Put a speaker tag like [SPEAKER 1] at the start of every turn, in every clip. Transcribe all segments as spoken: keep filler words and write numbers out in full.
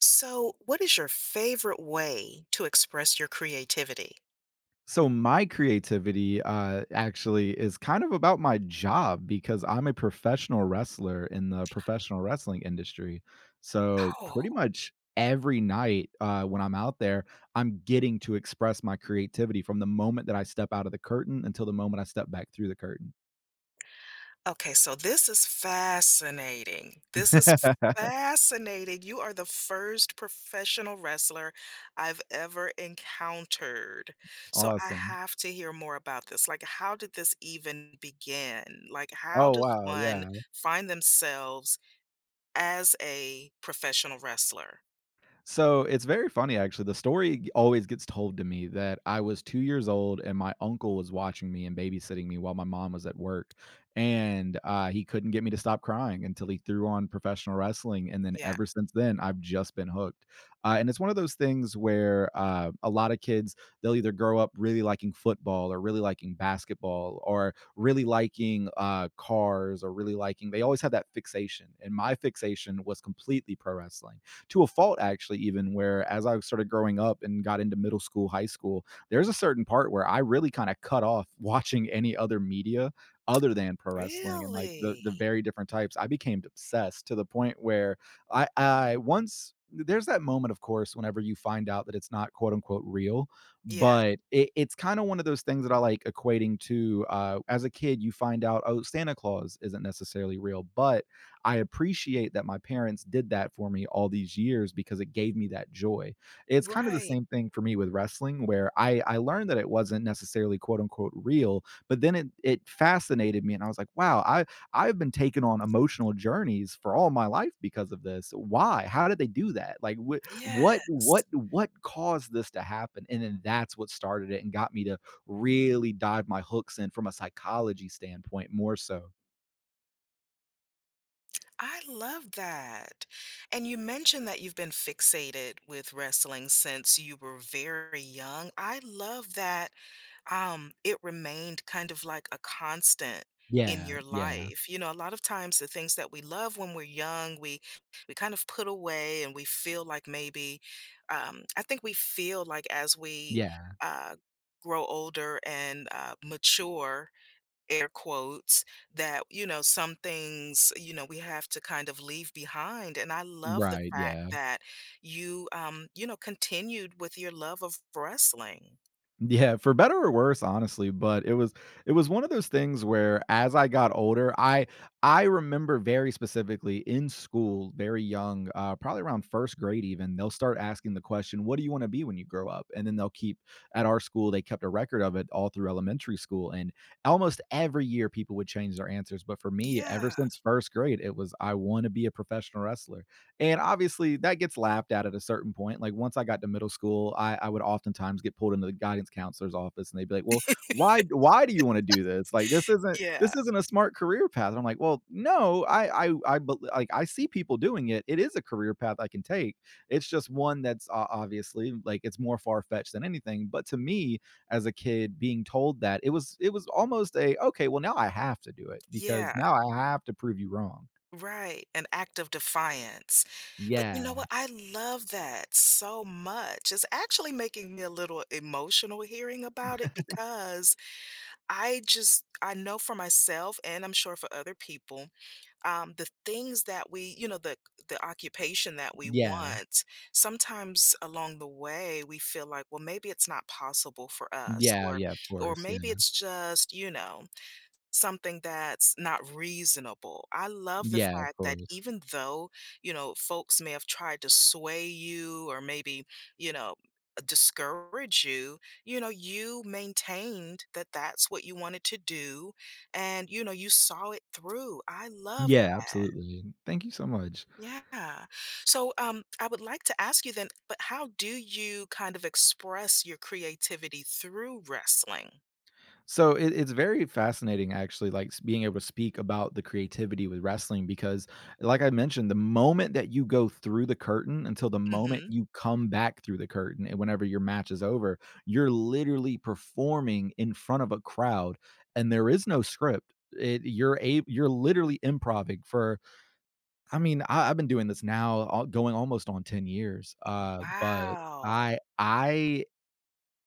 [SPEAKER 1] So, what is your favorite way to express your creativity?
[SPEAKER 2] So my creativity uh, actually is kind of about my job because I'm a professional wrestler in the professional wrestling industry. So pretty
[SPEAKER 1] Oh,
[SPEAKER 2] much every night uh, when I'm out there, I'm getting to express my creativity from the moment that I step out of the curtain until the moment I step back through the curtain.
[SPEAKER 1] okay. So, this is fascinating. This is fascinating. You are the first professional wrestler I've ever encountered. So, I
[SPEAKER 2] Awesome.
[SPEAKER 1] have to hear more about this. Like, how did this even begin? Like, how
[SPEAKER 2] Oh
[SPEAKER 1] does
[SPEAKER 2] wow,
[SPEAKER 1] one
[SPEAKER 2] yeah.
[SPEAKER 1] find themselves as a professional wrestler?
[SPEAKER 2] So it's very funny, actually. The story g- always gets told to me that I was two years old and my uncle was watching me and babysitting me while my mom was at work. And uh, he couldn't get me to stop crying until he threw on professional wrestling. And then
[SPEAKER 1] Yeah.
[SPEAKER 2] ever since then, I've just been hooked. Uh, and it's one of those things where uh, a lot of kids, they'll either grow up really liking football or really liking basketball or really liking uh, cars or really liking, they always have that fixation. And my fixation was completely pro wrestling to a fault, actually, even where as I started growing up and got into middle school, high school, there's a certain part where I really kind of cut off watching any other media other than pro wrestling. And like the the
[SPEAKER 1] Really?
[SPEAKER 2] very different types, I became obsessed to the point where i i once, there's that moment, of course, whenever you find out that it's not, quote unquote, real,
[SPEAKER 1] Yeah.
[SPEAKER 2] but it, it's kind of one of those things that I like equating to. Uh, as a kid you find out, oh, Santa Claus isn't necessarily real, but I appreciate that my parents did that for me all these years because it gave me that joy. It's kind of the
[SPEAKER 1] Right.
[SPEAKER 2] same thing for me with wrestling where I I learned that it wasn't necessarily, quote unquote, real, but then it it fascinated me and I was like, wow, I I've been taken on emotional journeys for all my life because of this. Why? How did they do that? Like what what
[SPEAKER 1] Yes.
[SPEAKER 2] what what caused this to happen? And then that's what started it and got me to really dive my hooks in from a psychology standpoint more so.
[SPEAKER 1] I love that. And you mentioned that you've been fixated with wrestling since you were very young. I love that um, it remained kind of like a constant in
[SPEAKER 2] Yeah,
[SPEAKER 1] your
[SPEAKER 2] yeah,
[SPEAKER 1] life. You know, a lot of times the things that we love when we're young, we we kind of put away and we feel like maybe um, I think we feel like as we
[SPEAKER 2] yeah.
[SPEAKER 1] uh, grow older and uh, mature, air quotes, that you know some things, you know we have to kind of leave behind. And I love the
[SPEAKER 2] Right,
[SPEAKER 1] fact
[SPEAKER 2] yeah.
[SPEAKER 1] that you, um you know continued with your love of wrestling.
[SPEAKER 2] Yeah, for better or worse, honestly, but it was it was one of those things where as I got older, I I remember very specifically in school, very young, uh, probably around first grade even, they'll start asking the question, "What do you wanna be when you grow up?" And then they'll keep, at our school, they kept a record of it all through elementary school, and almost every year, people would change their answers, but for me, ever
[SPEAKER 1] Yeah,
[SPEAKER 2] since first grade, it was, "I wanna be a professional wrestler." And obviously, that gets laughed at at a certain point. Like once I got to middle school, I, I would oftentimes get pulled into the guidance counselor's office, and they'd be like, "Well, why why do you want to do this? Like this isn't this
[SPEAKER 1] yeah,
[SPEAKER 2] isn't a smart career path." And I'm like, "Well, no, I I I bel- like I see people doing it. It is a career path I can take. It's just one that's uh, obviously, like, it's more far fetched than anything. But to me, as a kid, being told that, it was, it was almost a, okay, well, now I have to do it because
[SPEAKER 1] yeah.
[SPEAKER 2] now I have to prove you wrong."
[SPEAKER 1] Right, an act of defiance. But you know
[SPEAKER 2] Yeah,
[SPEAKER 1] what, i love that so much. It's actually making me a little emotional hearing about it because i just, i know for myself, and I'm sure for other people, um, the things that we, you know, the the occupation that we
[SPEAKER 2] yeah.
[SPEAKER 1] want, sometimes along the way we feel like, well, maybe it's not possible for us,
[SPEAKER 2] Yeah,
[SPEAKER 1] or
[SPEAKER 2] yeah, of
[SPEAKER 1] or
[SPEAKER 2] course, yeah.
[SPEAKER 1] maybe it's just, you know, something that's not reasonable. I love the
[SPEAKER 2] Yeah, of
[SPEAKER 1] fact that
[SPEAKER 2] course.
[SPEAKER 1] even though, you know, folks may have tried to sway you or maybe, you know, discourage you, you know, you maintained that that's what you wanted to do. And, you know, you saw it through. I love
[SPEAKER 2] Yeah,
[SPEAKER 1] that.
[SPEAKER 2] absolutely. Thank you so much.
[SPEAKER 1] Yeah. So, um I would like to ask you then, but how do you kind of express your creativity through wrestling?
[SPEAKER 2] So it it's very fascinating, actually, like, s being able to speak about the creativity with wrestling because, like I mentioned, the moment that you go through the curtain until the moment
[SPEAKER 1] Mhm.
[SPEAKER 2] you come back through the curtain and whenever your match is over, you're literally performing in front of a crowd, and there is no script. It you're a You're literally improvising for, I mean, I I've been doing this now, uh, going almost on ten years, uh, but
[SPEAKER 1] Wow.
[SPEAKER 2] I I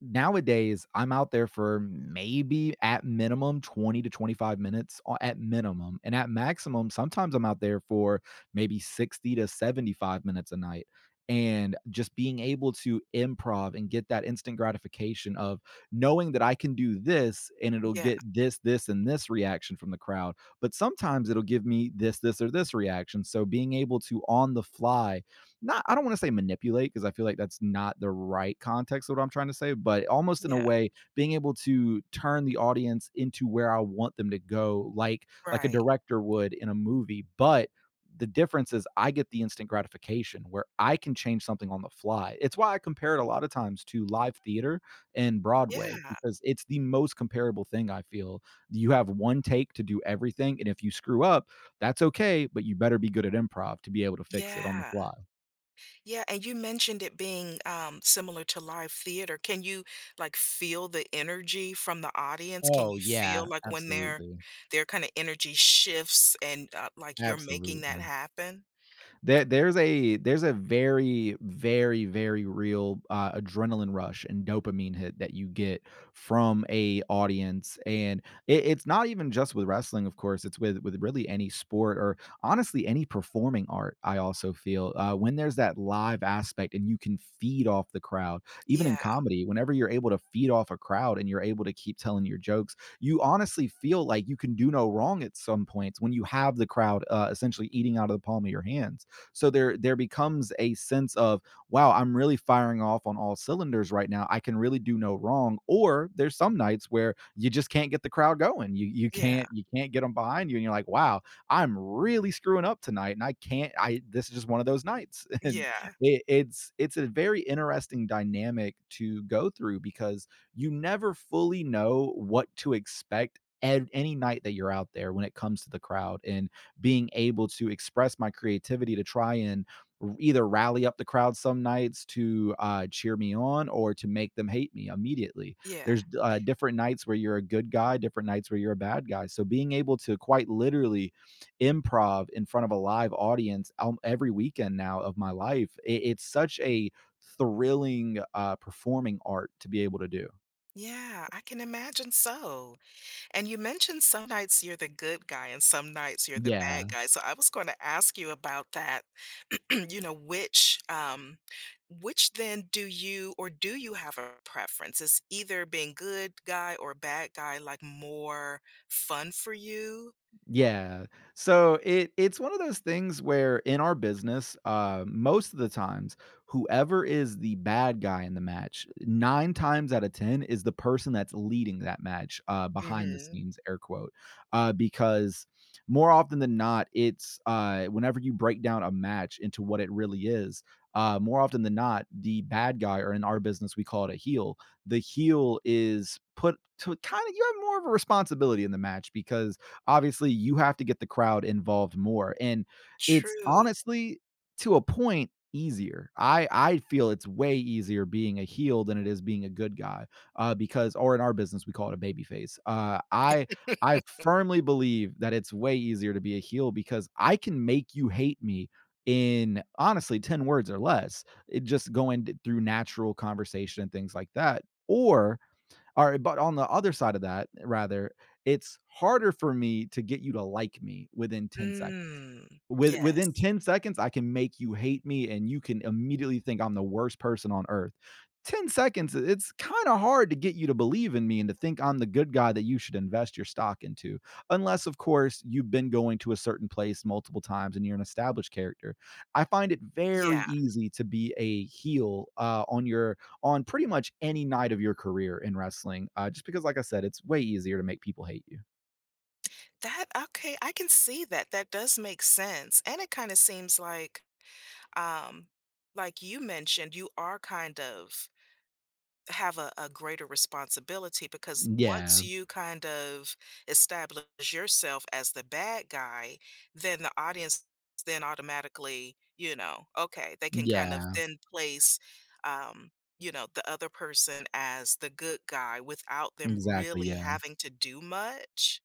[SPEAKER 2] Nowadays, I'm out there for maybe at minimum twenty to twenty-five minutes o at minimum, and at maximum, sometimes I'm out there for maybe sixty to seventy-five minutes a night, and just being able to improv and get that instant gratification of knowing that I can do this and it'll
[SPEAKER 1] Yeah.
[SPEAKER 2] get this, this, and this reaction from the crowd, but sometimes it'll give me this, this, or this reaction. So being able to, on the fly, not, I don't want to say manipulate because I feel like that's not the right context of what I'm trying to say, but almost in a
[SPEAKER 1] Yeah.
[SPEAKER 2] way being able to turn the audience into where I want them to go, like like a
[SPEAKER 1] Right.
[SPEAKER 2] director would in a movie, but the difference is I get the instant gratification where I can change something on the fly. It's why I compare it a lot of times to live theater and Broadway
[SPEAKER 1] Yeah.
[SPEAKER 2] because it's the most comparable thing I feel. You have one take to do everything, and if you screw up, that's okay, but you better be good at improv to be able to fix it on the
[SPEAKER 1] Yeah.
[SPEAKER 2] fly.
[SPEAKER 1] Yeah, and you mentioned it being, um, similar to live theater. Can you, like, feel the energy from the audience? Can
[SPEAKER 2] Oh,
[SPEAKER 1] you feel,
[SPEAKER 2] yeah,
[SPEAKER 1] like, when their
[SPEAKER 2] absolutely,
[SPEAKER 1] their kinda energy shifts, and, uh, like, you're making that
[SPEAKER 2] absolutely.
[SPEAKER 1] happen?
[SPEAKER 2] There there's a there's a very very very real uh, adrenaline rush and dopamine hit that you get from a audience, and it, it's not even just with wrestling, of course. It's with with really any sport or, honestly, any performing art. I also feel, uh, when there's that live aspect and you can feed off the crowd, even
[SPEAKER 1] Yeah.
[SPEAKER 2] in comedy, whenever you're able to feed off a crowd and you're able to keep telling your jokes, you honestly feel like you can do no wrong at some points when you have the crowd uh, essentially eating out of the palm of your hands. So there there becomes a sense of, wow, I'm really firing off on all cylinders right now. I can really do no wrong. Or there's some nights where you just can't get the crowd going. You you
[SPEAKER 1] Yeah.
[SPEAKER 2] can't you can't get them behind you, and you're like, wow, I'm really screwing up tonight, and I can't. I This is just one of those nights, and
[SPEAKER 1] Yeah.
[SPEAKER 2] it, it's it's a very interesting dynamic to go through because you never fully know what to expect. ev- Any night that you're out there, when it comes to the crowd, and being able to express my creativity to try and either rally up the crowd some nights to uh, cheer me on or to make them hate me immediately. There's
[SPEAKER 1] Yeah.
[SPEAKER 2] uh, different nights where you're a good guy, different nights where you're a bad guy. So being able to quite literally improv in front of a live audience um, every weekend now of my life, it, it's such a thrilling uh, performing art to be able to do.
[SPEAKER 1] Yeah, I can imagine so. And you mentioned some nights you're the good guy and some nights you're the bad
[SPEAKER 2] Yeah.
[SPEAKER 1] guy, so I was gonna ask you about that. you know which um which, then, do you, or do you have a preference? Is either being good guy or bad guy, like, more fun for you?
[SPEAKER 2] Yeah. So it it's one of those things where in our business, uh, most of the times, whoever is the bad guy in the match, nine times out of ten is the person that's leading that match uh, behind the
[SPEAKER 1] Hmm.
[SPEAKER 2] scenes, air quote, uh, because, more often than not, it's uh, whenever you break down a match into what it really is. Uh, more often than not, the bad guy, or in our business, we call it a heel. The heel is put to kind of, you have more of a responsibility in the match because obviously you have to get the crowd involved more. And it's
[SPEAKER 1] True.
[SPEAKER 2] honestly, to a point, easier. I I feel it's way easier being a heel than it is being a good guy. Uh because, or in our business we call it a baby face. Uh I I firmly believe that it's way easier to be a heel because I can make you hate me in, honestly, ten words or less. It just going d- through natural conversation and things like that. Or Alright, but on the other side of that, rather, it's harder for me to get you to like me within ten seconds.
[SPEAKER 1] Mm.
[SPEAKER 2] With within
[SPEAKER 1] Yes.
[SPEAKER 2] ten seconds, I can make you hate me, and you can immediately think I'm the worst person on earth. ten seconds, it's kinda hard to get you to believe in me and to think I'm the good guy that you should invest your stock into, unless, of course, you've been going to a certain place multiple times and you're an established character. I find it very
[SPEAKER 1] Yeah,
[SPEAKER 2] easy to be a heel, uh, on your on pretty much any night of your career in wrestling, uh, just because, like I said, it's way easier to make people hate you.
[SPEAKER 1] that okay, I can see that. That does make sense. And it kind of seems like, um like you mentioned, you are kind of have a a greater responsibility because once
[SPEAKER 2] Yeah,
[SPEAKER 1] you kind of establish yourself as the bad guy, then the audience then automatically, you know, okay, they can kind of
[SPEAKER 2] yeah,
[SPEAKER 1] then place, um, you know, the other person as the good guy without them
[SPEAKER 2] exactly,
[SPEAKER 1] really
[SPEAKER 2] yeah.
[SPEAKER 1] having to do much,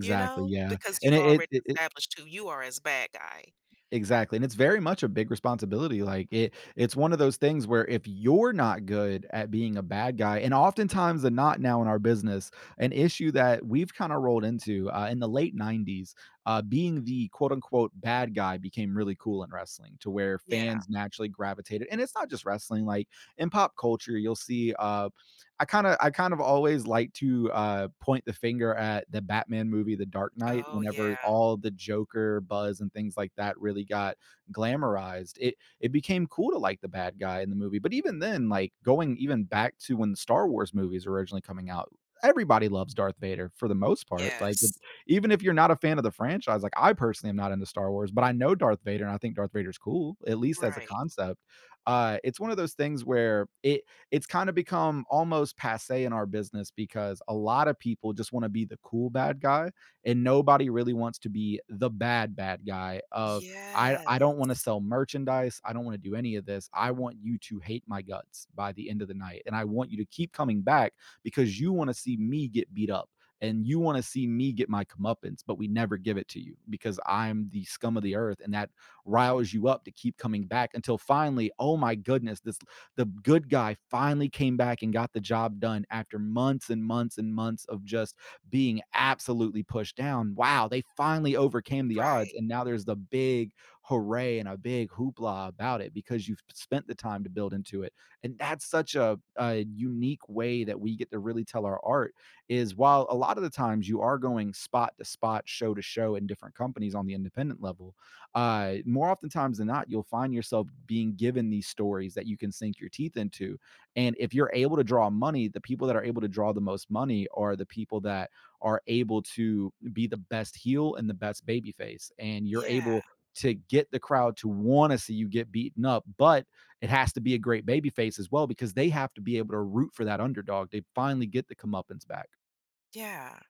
[SPEAKER 1] you know,
[SPEAKER 2] yeah,
[SPEAKER 1] because
[SPEAKER 2] and
[SPEAKER 1] you've
[SPEAKER 2] it it
[SPEAKER 1] already
[SPEAKER 2] it it
[SPEAKER 1] established who you are as bad guy.
[SPEAKER 2] exactly, and it's very much a big responsibility, like, it it's one of those things where if you're not good at being a bad guy and oftentimes the not now in our business, an issue that we've kinda rolled into, uh, in the late nineties, uh, being the quote unquote "bad guy" became really cool in wrestling to where
[SPEAKER 1] Yeah.
[SPEAKER 2] fans naturally gravitated and it's not just wrestling, like, in pop culture, you'll see, uh I kind of I kind of always like to uh, point the finger at the Batman movie, The Dark Knight,
[SPEAKER 1] Oh,
[SPEAKER 2] whenever
[SPEAKER 1] yeah.
[SPEAKER 2] all the Joker buzz and things like that really got glamorized. It it became cool to like the bad guy in the movie, but even then, like going even back to when the Star Wars movies were originally coming out. Everybody loves Darth Vader for the most part. Like,
[SPEAKER 1] Yes.
[SPEAKER 2] even if you're not a fan of the franchise, like I personally am not into Star Wars, but I know Darth Vader and I think Darth Vader's cool, at least as a
[SPEAKER 1] Right.
[SPEAKER 2] concept. Uh, it's one of those things where it, it's kind of become almost passe in our business because a lot of people just want to be the cool bad guy and nobody really wants to be the bad bad guy of I I don't want to
[SPEAKER 1] Yes.
[SPEAKER 2] sell merchandise, I don't want to do any of this. I want you to hate my guts by the end of the night and I want you to keep coming back because you want to see me get beat up and you want to see me get my comeuppance, but we never give it to you because I'm the scum of the earth, and that riles you up to keep coming back until finally, oh my goodness, this the good guy finally came back and got the job done after months and months and months of just being absolutely pushed down. Wow, they finally overcame the odds.
[SPEAKER 1] Right.
[SPEAKER 2] And now there's the big hooray and a big hoopla about it because you've spent the time to build into it. And that's such a, a unique way that we get to really tell our art is while a lot of the times you are going spot to spot, show to show in different companies on the independent level, uh, more oftentimes than not, you'll find yourself being given these stories that you can sink your teeth into. And if you're able to draw money, the people that are able to draw the most money are the people that are able to be the best heel and the best babyface. And you're
[SPEAKER 1] Yeah.
[SPEAKER 2] able to get the crowd to want to see you get beaten up, but it has to be a great babyface as well because they have to be able to root for that underdog. They finally get the comeuppance back.
[SPEAKER 1] Yeah.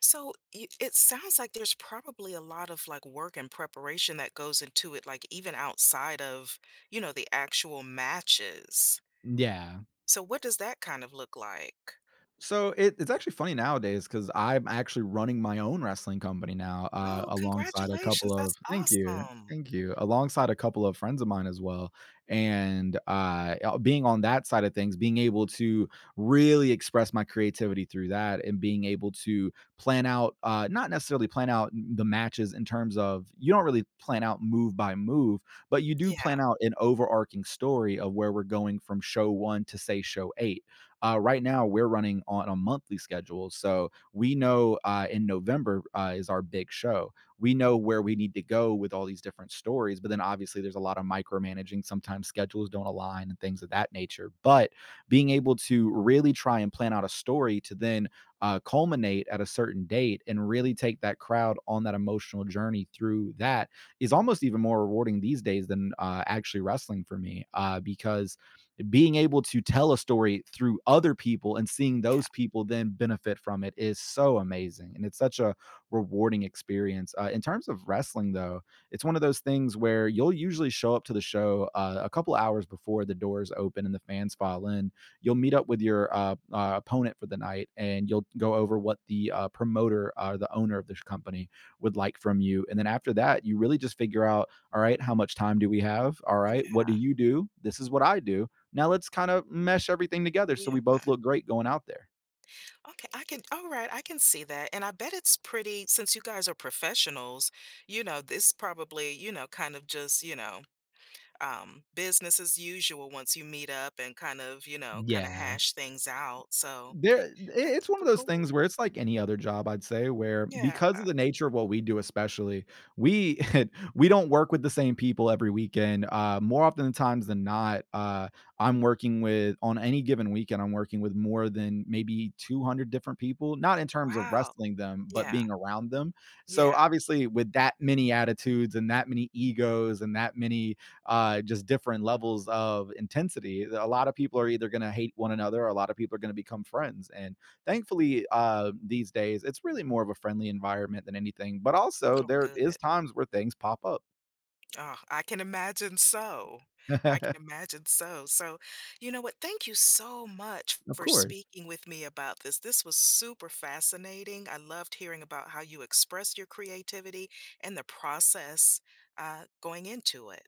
[SPEAKER 1] So y- it sounds like there's probably a lot of, like, work and preparation that goes into it, like, even outside of, you know, the actual matches.
[SPEAKER 2] Yeah.
[SPEAKER 1] So what does that kind of look like?
[SPEAKER 2] So it it's actually funny nowadays because I'm actually running my own wrestling company now, uh,
[SPEAKER 1] Oh,
[SPEAKER 2] alongside a couple
[SPEAKER 1] congratulations.
[SPEAKER 2] of
[SPEAKER 1] That's
[SPEAKER 2] thank you,
[SPEAKER 1] awesome.
[SPEAKER 2] thank you, alongside a couple of friends of mine as well. And uh, uh, being on that side of things, being able to really express my creativity through that, and being able to plan out, uh, not necessarily plan out the matches in terms of you don't really plan out move by move, but you do plan
[SPEAKER 1] Yeah,
[SPEAKER 2] out an overarching story of where we're going from show one to say show eight uh, right now, we're running on a monthly schedule. So we know uh, in November uh, is our big show. We know where we need to go with all these different stories. But then obviously, there's a lot of micromanaging. Sometimes schedules don't align and things of that nature. But being able to really try and plan out a story to then uh, culminate at a certain date and really take that crowd on that emotional journey through that is almost even more rewarding these days than uh, actually wrestling for me uh, because being able to tell a story through other people and seeing
[SPEAKER 1] yeah,
[SPEAKER 2] those people then benefit from it is so amazing and it's such a rewarding experience uh, in terms of wrestling though it's one of those things where you'll usually show up to the show uh, a couple hours before the doors open and the fans file in you'll meet up with your uh, uh, opponent for the night and you'll go over what the uh, promoter or uh, the owner of the company would like from you and then after that you really just figure out, all right, how much time do we have, all right, what do
[SPEAKER 1] yeah,
[SPEAKER 2] you do, this is what I do, now let's kind of mesh everything together so we
[SPEAKER 1] yeah.
[SPEAKER 2] both look great going out there.
[SPEAKER 1] Okay, I can, all right, I can see that. And I bet it's pretty, since you guys are professionals, you know, this probably, you know, kind of just, you know, um, business as usual once you meet up and kind of, you know, kind of
[SPEAKER 2] Yeah.
[SPEAKER 1] hash things out. So
[SPEAKER 2] There
[SPEAKER 1] that's
[SPEAKER 2] It's one
[SPEAKER 1] super
[SPEAKER 2] of those
[SPEAKER 1] cool.
[SPEAKER 2] things where it's like any other job, I'd say, where
[SPEAKER 1] Yeah.
[SPEAKER 2] because of the nature of what we do especially, we we don't work with the same people every weekend. Uh, more often than times than not, uh, I'm working with on any given weekend, I'm working with more than maybe two hundred different people, not in terms of
[SPEAKER 1] Wow.
[SPEAKER 2] wrestling them, but
[SPEAKER 1] Yeah.
[SPEAKER 2] being around them. So,
[SPEAKER 1] Yeah.
[SPEAKER 2] obviously, with that many attitudes and that many egos and that many uh, just different levels of intensity. A lot of people are either going to hate one another, or a lot of people are going to become friends. And thankfully, uh, these days, it's really more of a friendly environment than anything. But also,
[SPEAKER 1] Oh,
[SPEAKER 2] there
[SPEAKER 1] good.
[SPEAKER 2] is times where things pop up.
[SPEAKER 1] Oh, I can imagine so. I can imagine so. So, you know what? Thank you so much
[SPEAKER 2] Of
[SPEAKER 1] for
[SPEAKER 2] course.
[SPEAKER 1] speaking with me about this. This was super fascinating. I loved hearing about how you express your creativity and the process uh, going into it.